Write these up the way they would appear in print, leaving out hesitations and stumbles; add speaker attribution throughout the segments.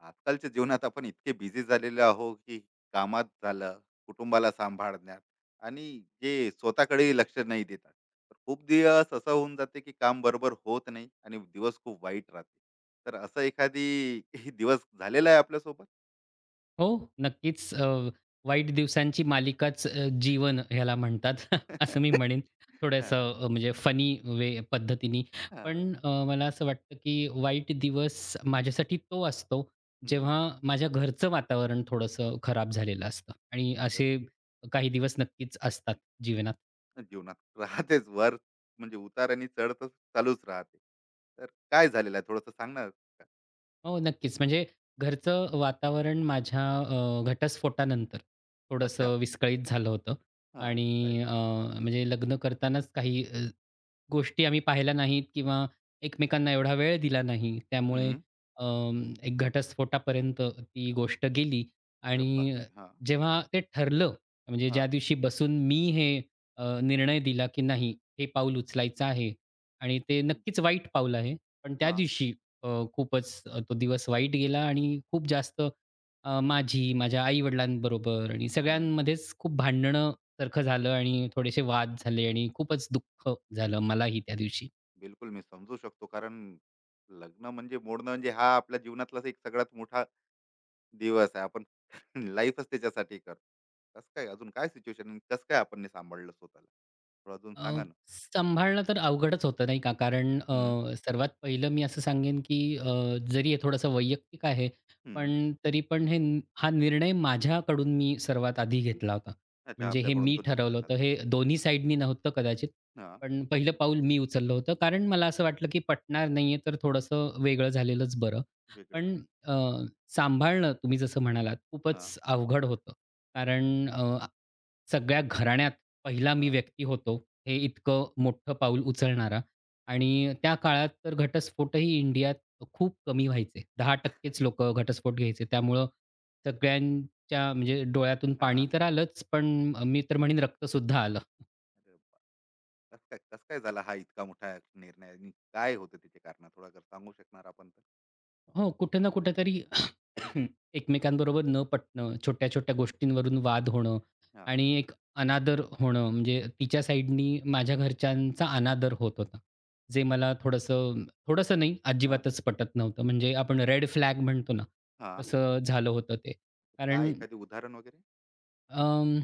Speaker 1: आजकालच्या जीवनात आपण इतके बिझी झालेले आहो की कामात झालं कुटुंबाला सांभाळण्यात आणि जे स्वतःकडे लक्ष नाही देतात तर खूप दिवस असं होऊन जाते की काम बरोबर होत नाही आणि दिवस खूप वाईट राहते तर असं एखादी दिवस झालेला आहे आपल्यासोबत
Speaker 2: हो, नक्कीच. वाईट दिवसांची मालिकाच जीवन ह्याला म्हणतात. असं मी म्हणेन.
Speaker 1: हा,
Speaker 2: थोडंसं म्हणजे फनी वे पद्धतीने.
Speaker 1: हा,
Speaker 2: पण मला असं वाटतं, की वाईट दिवस माझ्यासाठी तो असतो,
Speaker 1: हम्म,
Speaker 2: जेव्हा माझ्या घरचं वातावरण थोडंसं खराब झालेलं असतं आणि असे
Speaker 1: जसं
Speaker 2: काही दिवस नक्कीच असतात जीवनात.
Speaker 1: जीवनात राहतेच वर म्हणजे उतार आणि चढ तर चालूच राहते तर काय झालेलं आहे थोडस सांगणार का?
Speaker 2: हो, नक्कीच. म्हणजे घरचं वातावरण माझ्या घटस्फोटानंतर
Speaker 1: अच्छा
Speaker 2: थोडंसं विस्कळीत झालं होतं
Speaker 1: हा काय
Speaker 2: आणि म्हणजे लग्न करतानाच काही गोष्टी आम्ही पाहिल्या नाहीत किंवा एकमेकांना एवढा वेळ दिला नाही. त्यामुळे
Speaker 1: हम्म
Speaker 2: एक घटस्फोटापर्यंत ती गोष्ट गेली
Speaker 1: अरे
Speaker 2: आणि
Speaker 1: बापरे
Speaker 2: जेव्हा ते ठरलं, म्हणजे ज्या
Speaker 1: हां.
Speaker 2: दिवशी बसून मी हे निर्णय दिला की नाही, हे पाऊल उचलायचं आहे आणि ते
Speaker 1: हं.
Speaker 2: नक्कीच वाईट पाऊल आहे. पण त्या
Speaker 1: हां.
Speaker 2: दिवशी अ, खूपच तो दिवस वाईट गेला आणि खूप जास्त माझी, माझ्या आई-वडिलांबरोबर आणि
Speaker 1: हं.
Speaker 2: सगळ्यांमध्येच खूप भांडणं सारखं झालं आणि थोडेसे वाद झाले आणि खूपच दुःख झालं मलाही त्या दिवशी.
Speaker 1: बिलकुल मी समजू शकतो. कारण लग्न म्हणजे मोडणं म्हणजे हा आपल्या जीवनातलाच एक सगळ्यात मोठा दिवस आहे. आपण लाईफच त्याच्यासाठी करतो. कसं काय अजून काय सिच्युएशन आणि कसं काय आपण नाही सांभाळलं स्वतःला? थोडं अजून
Speaker 2: अ,
Speaker 1: सांगा ना?
Speaker 2: सांभाळणं तर अवघडच होतं नाही का? कारण
Speaker 1: हं,
Speaker 2: सर्वात पहिलं मी असं सांगेन, की जरी हे थोडंसं वैयक्तिक आहे,
Speaker 1: हं.
Speaker 2: पण तरी हा निर्णय माझ्याकडून मी सर्वात आधी घेतला होता.
Speaker 1: अच्छा
Speaker 2: म्हणजे हे
Speaker 1: आपल्याकडून
Speaker 2: मी
Speaker 1: तो निर्णय
Speaker 2: ठरवलं
Speaker 1: झाला.
Speaker 2: होतं. हे दोन्ही साइडनी नव्हतं कदाचित,
Speaker 1: हां,
Speaker 2: पण पहिलं पाऊल मी उचललं होतं. कारण मला असं वाटलं, की पटणार नाहीये, तर थोडंसं वेगळं झालेलंच बरं.
Speaker 1: वेगळं
Speaker 2: पण
Speaker 1: झालं.
Speaker 2: अ, सांभाळणं तुम्ही जसं म्हणालात
Speaker 1: हां,
Speaker 2: खूपच अवघड होतं. कारण सगळ्या घराण्यात पहिला मी
Speaker 1: हां.
Speaker 2: व्यक्ती होतो. हे इतकं मोठं पाऊल उचलणारा
Speaker 1: बापरे!
Speaker 2: आणि त्या काळात तर घटस्फोटही इंडियात खूप कमी व्हायचे. 10%च लोकं घटस्फोट घ्यायचे. त्यामुळं सगळ्यांच्या म्हणजे डोळ्यातून पाणी
Speaker 1: हां.
Speaker 2: तर आलंच, पण मी तर म्हणेन रक्तसुद्धा आलं.
Speaker 1: अरे बाप! कसं काय कसं काय झाला हा इतका मोठा निर्णय आणि काय होते त्याची कारणं? थोडं अगर सांगू शकणार आपण तर?
Speaker 2: हो, कुठे ना कुठेतरी एकमेकांबरोबर न पटणं, छोट्या-छोट्या गोष्टींवरून वाद होणं
Speaker 1: हां,
Speaker 2: आणि एक अनादर होणं, म्हणजे तिच्या साइडनी माझ्या घरच्यांचा अनादर होत होता. जे मला थोडंसं थोडंसं नाही,
Speaker 1: हां,
Speaker 2: अजिबातच पटत नव्हतं. म्हणजे आपण रेड फ्लॅग म्हणतो ना,
Speaker 1: हां.
Speaker 2: तसं झालं होतं ते.
Speaker 1: काय
Speaker 2: कारण
Speaker 1: एखादी उदाहरण वगैरे? म्हणजे
Speaker 2: अं,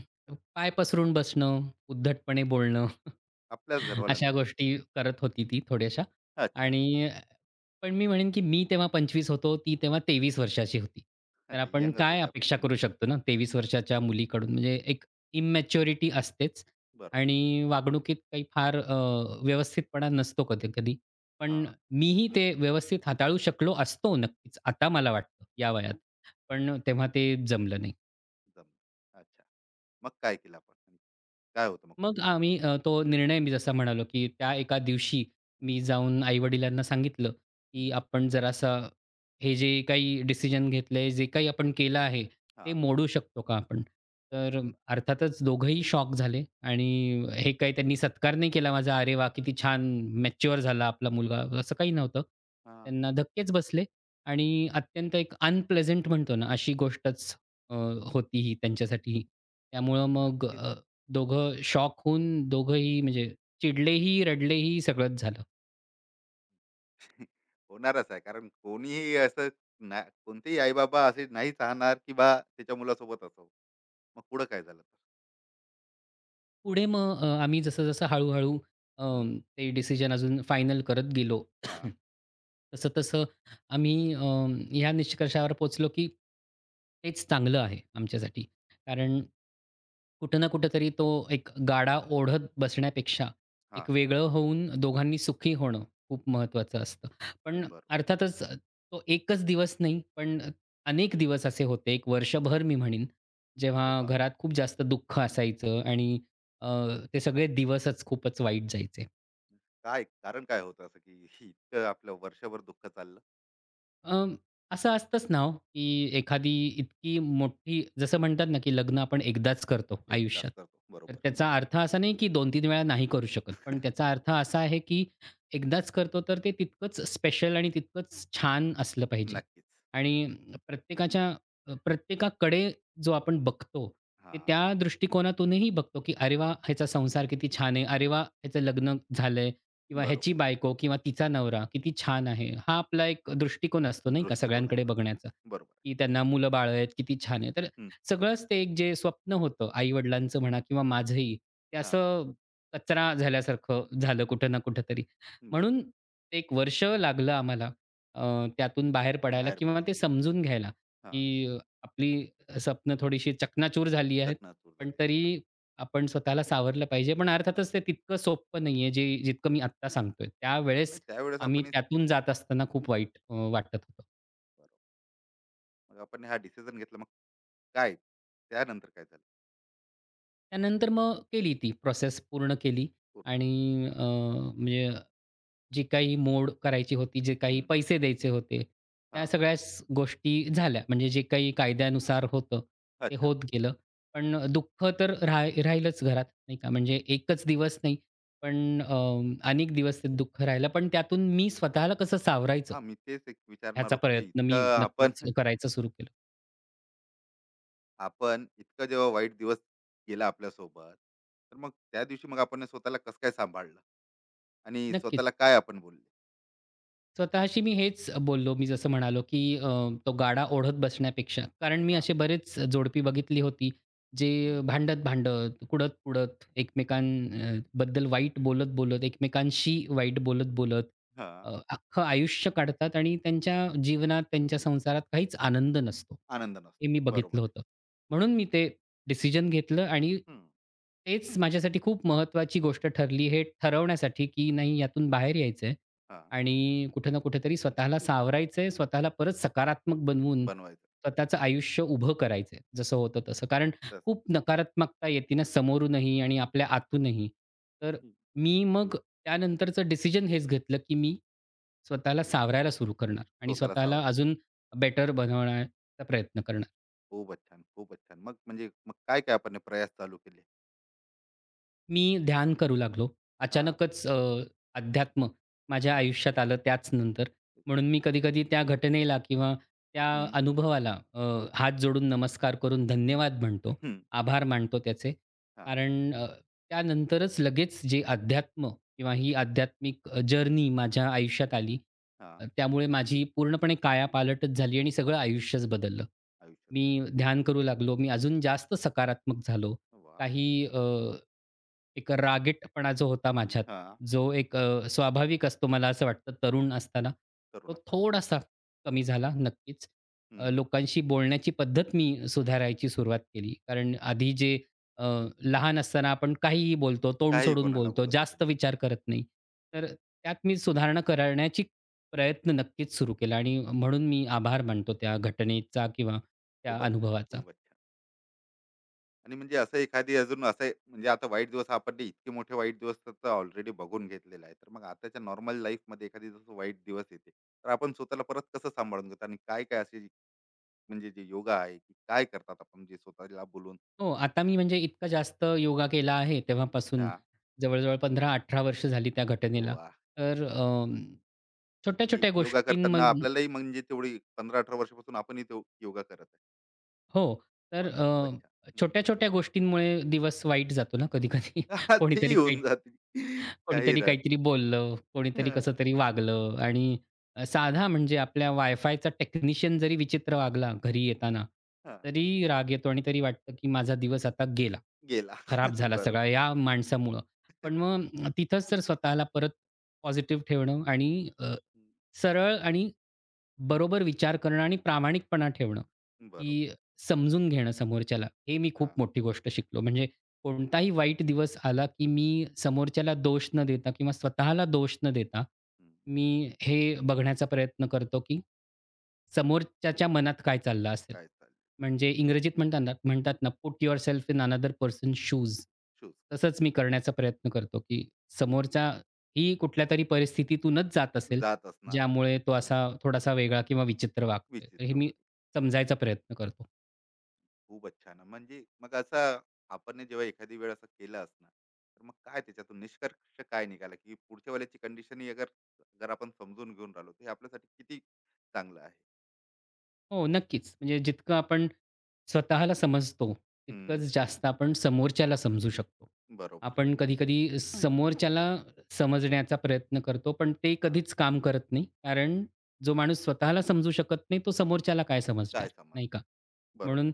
Speaker 2: पाय पसरून बसणं, उद्धटपणे बोलणं,
Speaker 1: आपल्याच
Speaker 2: अशा
Speaker 1: घरवाल्यांसोबत?
Speaker 2: गोष्टी करत होती ती थोड्याशा.
Speaker 1: अच्छा.
Speaker 2: आणि पण मी म्हणेन, की मी तेव्हा 25 होतो, ती तेव्हा 23 वर्षाची होती. तर
Speaker 1: अच्छा
Speaker 2: आपण
Speaker 1: यंगच
Speaker 2: काय
Speaker 1: होते आपण.
Speaker 2: अपेक्षा
Speaker 1: हं.
Speaker 2: करू शकतो ना, 23 वर्षाच्या मुलीकडून म्हणजे एक इमॅच्युरिटी असतेच
Speaker 1: बरोबर.
Speaker 2: आणि वागणुकीत काही फार व्यवस्थितपणा नसतो कधी-कधी. पण
Speaker 1: हां.
Speaker 2: मीही ते व्यवस्थित हाताळू शकलो असतो नक्कीच, आता मला वाटतं या वयात. पण तेव्हा ते जमलं नाही.
Speaker 1: जमलं. अच्छा. मग काय केलं आपण? आणि काय होतं मग
Speaker 2: मग
Speaker 1: पुढचं पाऊल?
Speaker 2: आम्ही तो निर्णय मी जसा म्हणालो, की त्या एका दिवशी
Speaker 1: हं,
Speaker 2: मी जाऊन आई-वडिलांना सांगितलं, की
Speaker 1: हं.
Speaker 2: आपण जरासा हे जे काही डिसिजन घेतलंय, जे काही आपण केलं आहे, ते
Speaker 1: हां,
Speaker 2: मोडू शकतो का आपण? तर अर्थातच दोघंही शॉक झाले आणि हे काही त्यांनी सत्कार नाही केला माझा, "अरे वाह! किती छान मॅच्युअर झाला आपला मुलगा." असं काही नव्हतं.
Speaker 1: हां.
Speaker 2: त्यांना धक्केच बसले आणि अत्यंत एक अनप्लेझंट म्हणतो ना, अशी गोष्टच अ, होती ही त्यांच्यासाठी. त्यामुळं मग
Speaker 1: नक्कीच.
Speaker 2: दोघं शॉक होऊन दोघंही म्हणजे चिडलेही, रडलेही, सगळंच झालं.
Speaker 1: होणारच आहे. कारण कोणीही असं ना कोणतेही आई-बाबा असे नाही चाहणार, की बा त्याच्या मुलासोबत असं हो. मग पुढं काय झालं तर?
Speaker 2: पुढे मग आम्ही जसं-जसं हळू-हळू अ,
Speaker 1: हं.
Speaker 2: ते डिसिजन अजून फायनल करत गेलो.
Speaker 1: हां,
Speaker 2: तसं-तसं आम्ही ह्या निष्कर्षावर पोहोचलो, की तेच चांगलं आहे आमच्यासाठी. कारण कुठं ना कुठेतरी तो एक गाडा ओढत बसण्यापेक्षा
Speaker 1: हां.
Speaker 2: एक वेगळं होऊन दोघांनी सुखी होणं खूप महत्त्वाचं असतं. पण
Speaker 1: बरोबर.
Speaker 2: अर्थातच तो एकच दिवस नाही, पण अनेक दिवस असे होते. एक वर्षभर
Speaker 1: हां.
Speaker 2: मी म्हणीन, जेव्हा
Speaker 1: अरे
Speaker 2: घरात
Speaker 1: बापरे!
Speaker 2: खूप जास्त दुःख असायचं आणि अ, ते सगळे दिवसच खूपच वाईट जायचे.
Speaker 1: काय कारण काय होतं असं, की इतकं आपलं वर्षभर दुःख चाललं?
Speaker 2: अ, असं असतंच ना हो, की एखादी इतकी मोठी जसं म्हणतात ना, की लग्न आपण एकदाच करतो
Speaker 1: एकदाच
Speaker 2: आयुष्यात.
Speaker 1: करतो.
Speaker 2: तर
Speaker 1: बरोबर.
Speaker 2: त्याचा अर्थ असा नाही, की 2-3 वेळा नाही करू शकत. पण त्याचा अर्थ असा आहे, की एकदाच करतो तर ते तितकंच स्पेशल आणि तितकंच छान असलं पाहिजे.
Speaker 1: नक्कीच.
Speaker 2: आणि प्रत्येकाच्या प्रत्येकाकडे जो आपण बघतो, ते
Speaker 1: हां,
Speaker 2: त्या दृष्टिकोनातूनही बघतो, की "अरे वाह! ह्याचा संसार किती छान आहे. अरे वाह! ह्याचं लग्न झालंय. किंवा ह्याची
Speaker 1: बरोबर.
Speaker 2: बायको किंवा तिचा नवरा किती छान आहे." हा आपला एक दृष्टिकोन असतो नाही का
Speaker 1: दृष्टिकोनच
Speaker 2: सगळ्यांकडे
Speaker 1: राहतो.
Speaker 2: बघण्याचा,
Speaker 1: बरोबर आहे.
Speaker 2: की त्यांना मुलं-बाळं आहेत, किती छान आहे. तर
Speaker 1: हं.
Speaker 2: सगळंच ते एक जे स्वप्न होतं आई-वडिलांचं म्हणा किंवा माझंही, ते
Speaker 1: हां,
Speaker 2: असं कचरा झाल्यासारखं झालं कुठं ना कुठेतरी.
Speaker 1: बरोबर.
Speaker 2: म्हणून ते एक वर्ष लागलं आम्हाला अ, त्यातून बाहेर पडायला
Speaker 1: बाहेर
Speaker 2: किंवा
Speaker 1: पडायला.
Speaker 2: ते समजून घ्यायला,
Speaker 1: हां,
Speaker 2: की आपली स्वप्न थोडीशी चकनाचूर झाली आहेत.
Speaker 1: चकणाचूर
Speaker 2: पण
Speaker 1: झालेली.
Speaker 2: तरी आपण स्वतःला सावरलं पाहिजे. पण अर्थातच
Speaker 1: नक्की.
Speaker 2: ते तितकं सोपं नाहीये, जे जितकं मी आत्ता सांगतोय.
Speaker 1: हां, नाही
Speaker 2: त्यावेळेस
Speaker 1: त्यावेळेस
Speaker 2: आम्ही
Speaker 1: आपणही
Speaker 2: त्यातून जात असताना खूप वाईट वाटत होतं.
Speaker 1: बरोबर. मग आपण हा डिसिजन घेतला. मग काय? त्यानंतर काय झालं?
Speaker 2: त्यानंतर मग केली ती प्रोसेस पूर्ण केली
Speaker 1: पूर्ण.
Speaker 2: आणि म्हणजे जी काही मोड करायची होती, जे काही
Speaker 1: हं, हं.
Speaker 2: पैसे द्यायचे होते, त्या
Speaker 1: हां.
Speaker 2: सगळ्याच गोष्टी झाल्या. म्हणजे जे काही कायद्यानुसार होतं, ते
Speaker 1: अच्छा.
Speaker 2: होत गेलं. पण दुःख तर राहीलच घरात, नाही का. म्हणजे एकच दिवस नाही, पण अनेक दिवस ते दुःख राहिलं. पण त्यातून मी स्वतःला कसं सावरायचं,
Speaker 1: हां, मी तेच एक विचारणार
Speaker 2: ह्याचा
Speaker 1: होतो, की
Speaker 2: प्रयत्न मी
Speaker 1: इतकं आपण
Speaker 2: नक्कीच करायचं सुरू केलं.
Speaker 1: आपण इतकं जेव्हा वाईट दिवस गेला आपल्यासोबत, तर मग त्या दिवशी मग आपण स्वतःला कसं काय सांभाळलं? आणि स्वतःला
Speaker 2: नक्कीच.
Speaker 1: काय आपण बोलले?
Speaker 2: स्वतःशी मी हेच बोललो. मी जसं म्हणालो, की तो गाडा ओढत बसण्यापेक्षा. कारण मी
Speaker 1: हां.
Speaker 2: असे बरेच जोडपी बघितली होती,
Speaker 1: हं.
Speaker 2: जे भांडत-भांडत, कुडत-कुडत, एकमेकांबद्दल वाईट बोलत-बोलत, एकमेकांशी वाईट बोलत-बोलत,
Speaker 1: हां.
Speaker 2: अख्खं आयुष्य काढतात आणि त्यांच्या जीवनात, त्यांच्या संसारात काहीच आनंद नसतो.
Speaker 1: आनंद
Speaker 2: हे
Speaker 1: नसतो.
Speaker 2: मी बघितलं
Speaker 1: बरोबर आहे.
Speaker 2: होतं. म्हणून मी ते डिसिजन घेतलं आणि
Speaker 1: हं.
Speaker 2: तेच माझ्यासाठी खूप महत्त्वाची गोष्ट ठरली, हे ठरवण्यासाठी, की नाही यातून बाहेर यायचंय.
Speaker 1: हां.
Speaker 2: आणि कुठे ना कुठेतरी स्वतःला सावरायचंय, स्वतःला परत सकारात्मक बनवून
Speaker 1: बनवायचं
Speaker 2: स्वतःचं आयुष्य उभं करायचंय, जसं होतं तसं. कारण
Speaker 1: तसं.
Speaker 2: खूप नकारात्मकता येते ना समोरूनही आणि आपल्या आतूनही. तर
Speaker 1: हं.
Speaker 2: मी मग त्यानंतरचं डिसिजन हेच घेतलं, की मी स्वतःला सावरायला सुरू करणार आणि
Speaker 1: स्वतःला
Speaker 2: स्वतःला
Speaker 1: सावरा.
Speaker 2: अजून बेटर बनवण्याचा प्रयत्न करणार.
Speaker 1: खूपच छान, खूपच छान. मग म्हणजे मग काय-काय आपण हे प्रयास चालू केले?
Speaker 2: मी ध्यान करू लागलो.
Speaker 1: हां,
Speaker 2: अचानकच अध्यात्म माझ्या
Speaker 1: हां.
Speaker 2: आयुष्यात आलं त्याच नंतर. म्हणून मी कधी-कधी त्या घटनेला किंवा त्या
Speaker 1: हं.
Speaker 2: अनुभवाला हात जोडून नमस्कार करून धन्यवाद म्हणतो.
Speaker 1: हं.
Speaker 2: आभार मानतो त्याचे.
Speaker 1: हां,
Speaker 2: कारण त्यानंतरच लगेच जे अध्यात्म किंवा ही आध्यात्मिक जर्नी माझ्या आयुष्यात आली.
Speaker 1: हां.
Speaker 2: त्यामुळे माझी पूर्णपणे कायापालटच झाली आणि सगळं आयुष्यच बदललं. मी
Speaker 1: आयुष्यात.
Speaker 2: ध्यान करू लागलो. मी अजून जास्त सकारात्मक झालो.
Speaker 1: वाह!
Speaker 2: काही एक रागीटपणा जो होता माझ्यात,
Speaker 1: हां.
Speaker 2: जो एक स्वाभाविक असतो मला असं वाटतं तरुण असताना,
Speaker 1: तरुण
Speaker 2: तो
Speaker 1: असताना.
Speaker 2: थोडासा कमी झाला नक्कीच.
Speaker 1: हं.
Speaker 2: लोकांशी बोलण्याची पद्धत मी सुधारायची सुरुवात केली. कारण
Speaker 1: वाह!
Speaker 2: आधी जे अ, लहान असताना आपण काहीही बोलतो, तोंड
Speaker 1: काहीही
Speaker 2: सोडून
Speaker 1: कोणाला
Speaker 2: बोलतो,
Speaker 1: बोलून देतो.
Speaker 2: जास्त
Speaker 1: बरोबर.
Speaker 2: विचार करत नाही. तर त्यात मी सुधारणा करण्याची प्रयत्न नक्कीच सुरू केला आणि म्हणून मी आभार मानतो त्या घटनेचा किंवा त्या
Speaker 1: खूपच छान,
Speaker 2: अनुभवाचा.
Speaker 1: खूपच छान. आणि म्हणजे असं एखादी अजून असं आहे, म्हणजे आता वाईट दिवस आपण ते इतके मोठे वाईट दिवस तर ऑलरेडी बघून घेतलेला आहे तर मग आताच्या नॉर्मल लाईफ मध्ये एखादी जसं वाईट दिवस येते तर आपण स्वतःला परत कसं सांभाळून घेतो आणि काय काय असे म्हणजे जे योगा आहे की काय करतात आपण जे स्वतःला बोलून
Speaker 2: हो, आता मी म्हणजे इतका जास्त योगा केला आहे तेव्हापासून,
Speaker 1: हा
Speaker 2: जवळ-जवळ 15-18 वर्ष झाली त्या घटनेला.
Speaker 1: वा
Speaker 2: तर अ,
Speaker 1: की
Speaker 2: छोट्या-छोट्या
Speaker 1: योगा
Speaker 2: गोष्टींम
Speaker 1: करताना आपल्यालाही म्हणजे तेवढी 15-18 वर्षापासून आपणही तो योगा करत आहे
Speaker 2: हो. तर
Speaker 1: वा खूप अच्छा हम्म.
Speaker 2: छोट्या-छोट्या गोष्टींमुळे दिवस वाईट जातो ना कधी-कधी.
Speaker 1: हा, ती
Speaker 2: कोणीतरी काही
Speaker 1: येऊन जाते काही
Speaker 2: कोणीतरी
Speaker 1: राहत
Speaker 2: काहीतरी बोललं, कोणीतरी कसं
Speaker 1: हा,
Speaker 2: तरी वागलं आणि साधा म्हणजे आपल्या वायफायचा टेक्निशियन जरी विचित्र वागला घरी येताना,
Speaker 1: हा,
Speaker 2: तरी राग येतो आणि तरी वाटतं की माझा दिवस आता गेला.
Speaker 1: गेला
Speaker 2: खराब झाला सगळा
Speaker 1: बरोबर
Speaker 2: या माणसामुळं. पण मग तिथंच तर स्वतःला परत
Speaker 1: हम्म,
Speaker 2: पॉझिटिव्ह ठेवणं आणि अ,
Speaker 1: हम्म,
Speaker 2: सरळ आणि बरोबर विचार करणं आणि प्रामाणिकपणा ठेवणं, की
Speaker 1: बरोबर
Speaker 2: समजून घेणं समोरच्याला, हे मी खूप
Speaker 1: हा
Speaker 2: मोठी गोष्ट शिकलो. म्हणजे कोणताही वाईट दिवस आला, की मी समोरच्याला दोष न देता किंवा स्वतःला दोष न देता,
Speaker 1: हम्म.
Speaker 2: मी हे बघण्याचा प्रयत्न करतो, की समोरच्याच्या मनात काय चाललं असेल.
Speaker 1: काय चाललंय
Speaker 2: म्हणजे इंग्रजीत म्हणतात ना, put yourself in another person's shoes.
Speaker 1: Shoes
Speaker 2: तसंच मी करण्याचा प्रयत्न करतो, की समोरचा ही कुठल्यातरी परिस्थितीतूनच जात असेल.
Speaker 1: जात असणार
Speaker 2: ज्यामुळे तो असा थोडासा वेगळा किंवा विचित्र वागतोय. तर हे
Speaker 1: विचित्र
Speaker 2: मी
Speaker 1: वागलं
Speaker 2: समजायचा प्रयत्न करतो.
Speaker 1: खूपच छान म्हणजे मग असं आपण हे जेव्हा एखादी वेळ असं केलं असणार तर मग काय त्याच्यातून निष्कर्ष काय निघाला की पुढच्या वेळेची कंडिशन ही अगर जर आपण समजून घेऊन राहिलो तर हे आपल्यासाठी किती चांगलं आहे
Speaker 2: हो, नक्कीच. म्हणजे जितकं आपण स्वतःला समजतो,
Speaker 1: हम्म
Speaker 2: तितकंच जास्त आपण समोरच्याला समजू शकतो.
Speaker 1: बरोबर
Speaker 2: आपण कधी-कधी समोरच्याला समजण्याचा प्रयत्न करतो, पण ते
Speaker 1: हा
Speaker 2: कधीच काम करत नाही. कारण जो माणूस स्वतःला समजू शकत नाही, तो समोरच्याला काय
Speaker 1: काय
Speaker 2: समजणार, नाही
Speaker 1: समजणार
Speaker 2: का?
Speaker 1: बरोबर
Speaker 2: म्हणून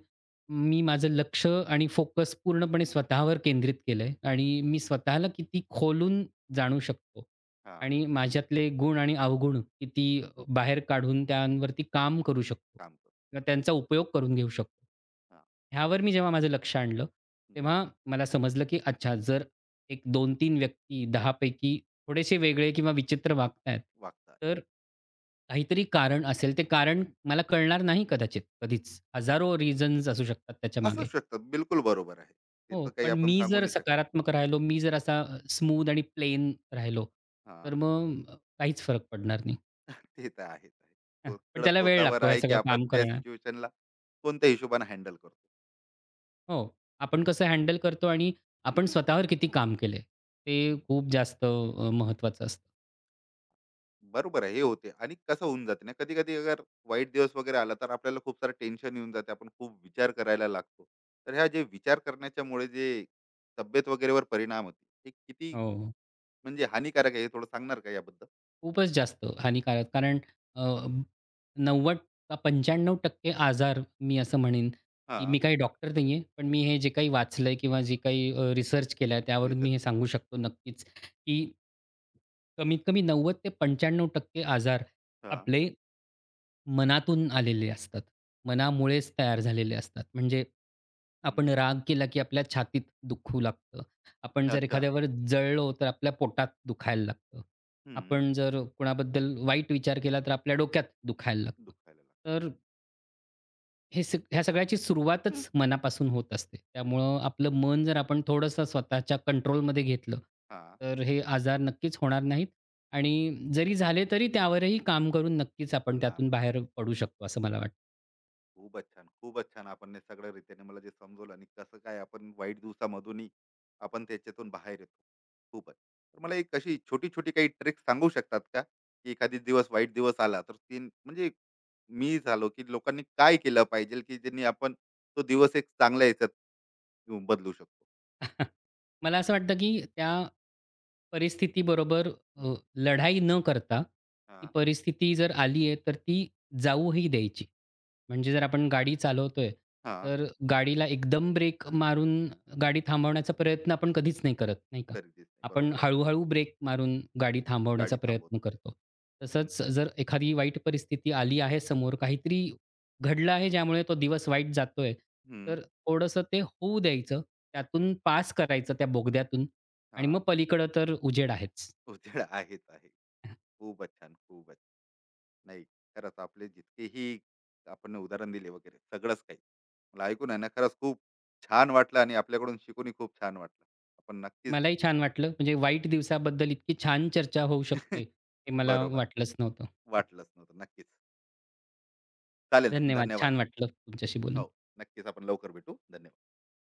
Speaker 2: मी माझं लक्ष आणि फोकस पूर्णपणे स्वतःवर केंद्रित केलंय आणि मी स्वतःला किती खोलून जाणू शकतो
Speaker 1: आहे हा
Speaker 2: आणि माझ्यातले गुण आणि अवगुण किती बाहेर काढून त्यांवरती काम करू शकतो
Speaker 1: काम करू
Speaker 2: किंवा त्यांचा उपयोग करून घेऊ शकतो.
Speaker 1: हा
Speaker 2: ह्यावर मी जेव्हा माझं लक्ष आणलं,
Speaker 1: हम्म
Speaker 2: तेव्हा मला समजलं की अच्छा जर एक 2 तीन व्यक्ती 10 पैकी थोडेसे वेगळे किंवा विचित्र वागतायत,
Speaker 1: वागता
Speaker 2: तर काहीतरी कारण असेल. ते कारण मला कळणार नाही कदाचित कधीच. हजारो रिझन्स असू शकतात
Speaker 1: असू
Speaker 2: त्याच्यामागे.
Speaker 1: शकतात बिलकुल बरोबर आहे
Speaker 2: हो,
Speaker 1: तिथं काही
Speaker 2: पण
Speaker 1: आपण
Speaker 2: मी
Speaker 1: सांगू
Speaker 2: जर
Speaker 1: नाही शकत
Speaker 2: सकारात्मक राहिलो, मी जर असा स्मूथ आणि प्लेन राहिलो,
Speaker 1: हा
Speaker 2: तर मग काहीच फरक पडणार नाही.
Speaker 1: ते तर आहेच आहे.
Speaker 2: हां,
Speaker 1: तो
Speaker 2: पण
Speaker 1: सगळं
Speaker 2: त्याला वेळ
Speaker 1: स्वतःवर
Speaker 2: लागतो हे
Speaker 1: आहे, की
Speaker 2: सगळं
Speaker 1: आपण
Speaker 2: काम
Speaker 1: त्या
Speaker 2: करण्यात.
Speaker 1: सिच्युएशनला कोणत्या हिशोबाने हँडल करतो.
Speaker 2: हो, आपण कसं हँडल करतो आणि
Speaker 1: हं,
Speaker 2: आपण स्वतःवर किती काम केलंय, ते
Speaker 1: हं.
Speaker 2: खूप जास्त महत्त्वाचं असतं.
Speaker 1: बरोबर आहे, हे होते आणि कसं होऊन जाते ना, कधी-कधी अगर वाईट दिवस वगैरे आला, तर आपल्याला खूप सारं टेन्शन येऊन जाते. आपण खूप विचार करायला लागतो. तर ह्या जे विचार करण्याच्यामुळे जे तब्येत वगैरेवर परिणाम होते, हे किती
Speaker 2: हो.
Speaker 1: म्हणजे हानिकारक आहे, हे थोडं सांगणार का याबद्दल?
Speaker 2: खूपच जास्त हानिकारक. कारण अ, 90 का 95% आजार मी असं म्हणेन, की
Speaker 1: हां,
Speaker 2: मी काही डॉक्टर नाही आहे. पण मी हे जे काही वाचलंय किंवा जे काही रिसर्च केलाय त्यावरून मी
Speaker 1: रिसर्च
Speaker 2: हे
Speaker 1: केलं.
Speaker 2: सांगू शकतो नक्कीच, की कमीत कमी 90 ते 95% आजार
Speaker 1: हां,
Speaker 2: आपले मनातून आलेले असतात. मनामुळेच तयार झालेले असतात. म्हणजे
Speaker 1: हं.
Speaker 2: आपण राग केला, की आपल्या छातीत दुखू लागतं. आपण जर
Speaker 1: अच्छा.
Speaker 2: एखाद्यावर जळलो, तर आपल्या पोटात दुखायला लागतं.
Speaker 1: हं.
Speaker 2: आपण जर कोणाबद्दल वाईट विचार केला, तर आपल्या डोक्यात दुखायला लागतं.
Speaker 1: दुखायला लागलं.
Speaker 2: तर हे सग ह्या सगळ्याची सुरुवातच मनापासून होत असते. त्यामुळं आपलं मन जर आपण थोडंसं स्वतःच्या कंट्रोलमध्ये घेतलं,
Speaker 1: हां,
Speaker 2: तर हे आजार नक्कीच होणार नाहीत आणि जरी झाले, तरी त्यावरही काम करून नक्कीच आपण
Speaker 1: नाम
Speaker 2: त्यातून बाहेर पडू शकतो, असं मला वाटतं.
Speaker 1: खूपच छान, खूपच छान. आपण हे सगळ्या रीतीने मला जे समजवलं आणि कसं काय आपण वाईट दिवसामधूनही आपण त्याच्यातून बाहेर येतो. खूपच. तर मला एक अशी छोटी-छोटी काही ट्रिक सांगू शकतात का? की एखादी दिवस वाईट दिवस आला तर ती म्हणजे मी झालो, की लोकांनी काय केलं पाहिजे, की ज्यांनी आपण तो दिवस एक चांगल्या ह्याच्यात घेऊन बदलू शकतो?
Speaker 2: मला असं वाटतं, की त्या परिस्थितीबरोबर
Speaker 1: हं,
Speaker 2: अ, लढाई न करता, ती
Speaker 1: हां,
Speaker 2: परिस्थिती जर आली आहे, तर ती जाऊही द्यायची. म्हणजे जर आपण गाडी चालवतोय,
Speaker 1: हां.
Speaker 2: तर गाडीला एकदम ब्रेक मारून गाडी थांबवण्याचा प्रयत्न आपण कधीच नाही करत, नाही का?
Speaker 1: तरी दिसते.
Speaker 2: आपण
Speaker 1: बरोबर आहे.
Speaker 2: हळू ब्रेक मारून गाडी थांबवण्याचा
Speaker 1: गाडी
Speaker 2: प्रयत्न
Speaker 1: थांबवतो.
Speaker 2: करतो.
Speaker 1: हं,
Speaker 2: तसंच जर एखादी वाईट परिस्थिती आली आहे समोर, काहीतरी घडलं आहे ज्यामुळे तो दिवस वाईट जातोय,
Speaker 1: हं.
Speaker 2: तर थोडंसं ते होऊ द्यायचं, त्यातून पास करायचं त्या बोगद्यातून आणि
Speaker 1: हां.
Speaker 2: मग पलीकडं तर उजेड आहेच.
Speaker 1: उजेड आहेच आहे. खूपच छान, खूपच. नाही, खरंच आपले जितकेही आपण उदाहरण दिले वगैरे सगळंच काही. मला ऐकून आहे ना खरंच खूप छान वाटलं आणि आपल्याकडून शिकूनही खूप छान वाटलं. आपण नक्कीच
Speaker 2: मलाही छान वाटलं, म्हणजे वाईट दिवसाबद्दल इतकी छान चर्चा होऊ शकते, हे मला
Speaker 1: बरोबर.
Speaker 2: वाटलंच नव्हतं.
Speaker 1: वाटलंच नव्हतं. नक्कीच. चालेल ना.
Speaker 2: धन्यवाद.
Speaker 1: धन्यवाद.
Speaker 2: छान
Speaker 1: आप.
Speaker 2: वाटलं तुमच्याशी बोलून.
Speaker 1: हो, नक्कीच आपण लवकर भेटू. धन्यवाद.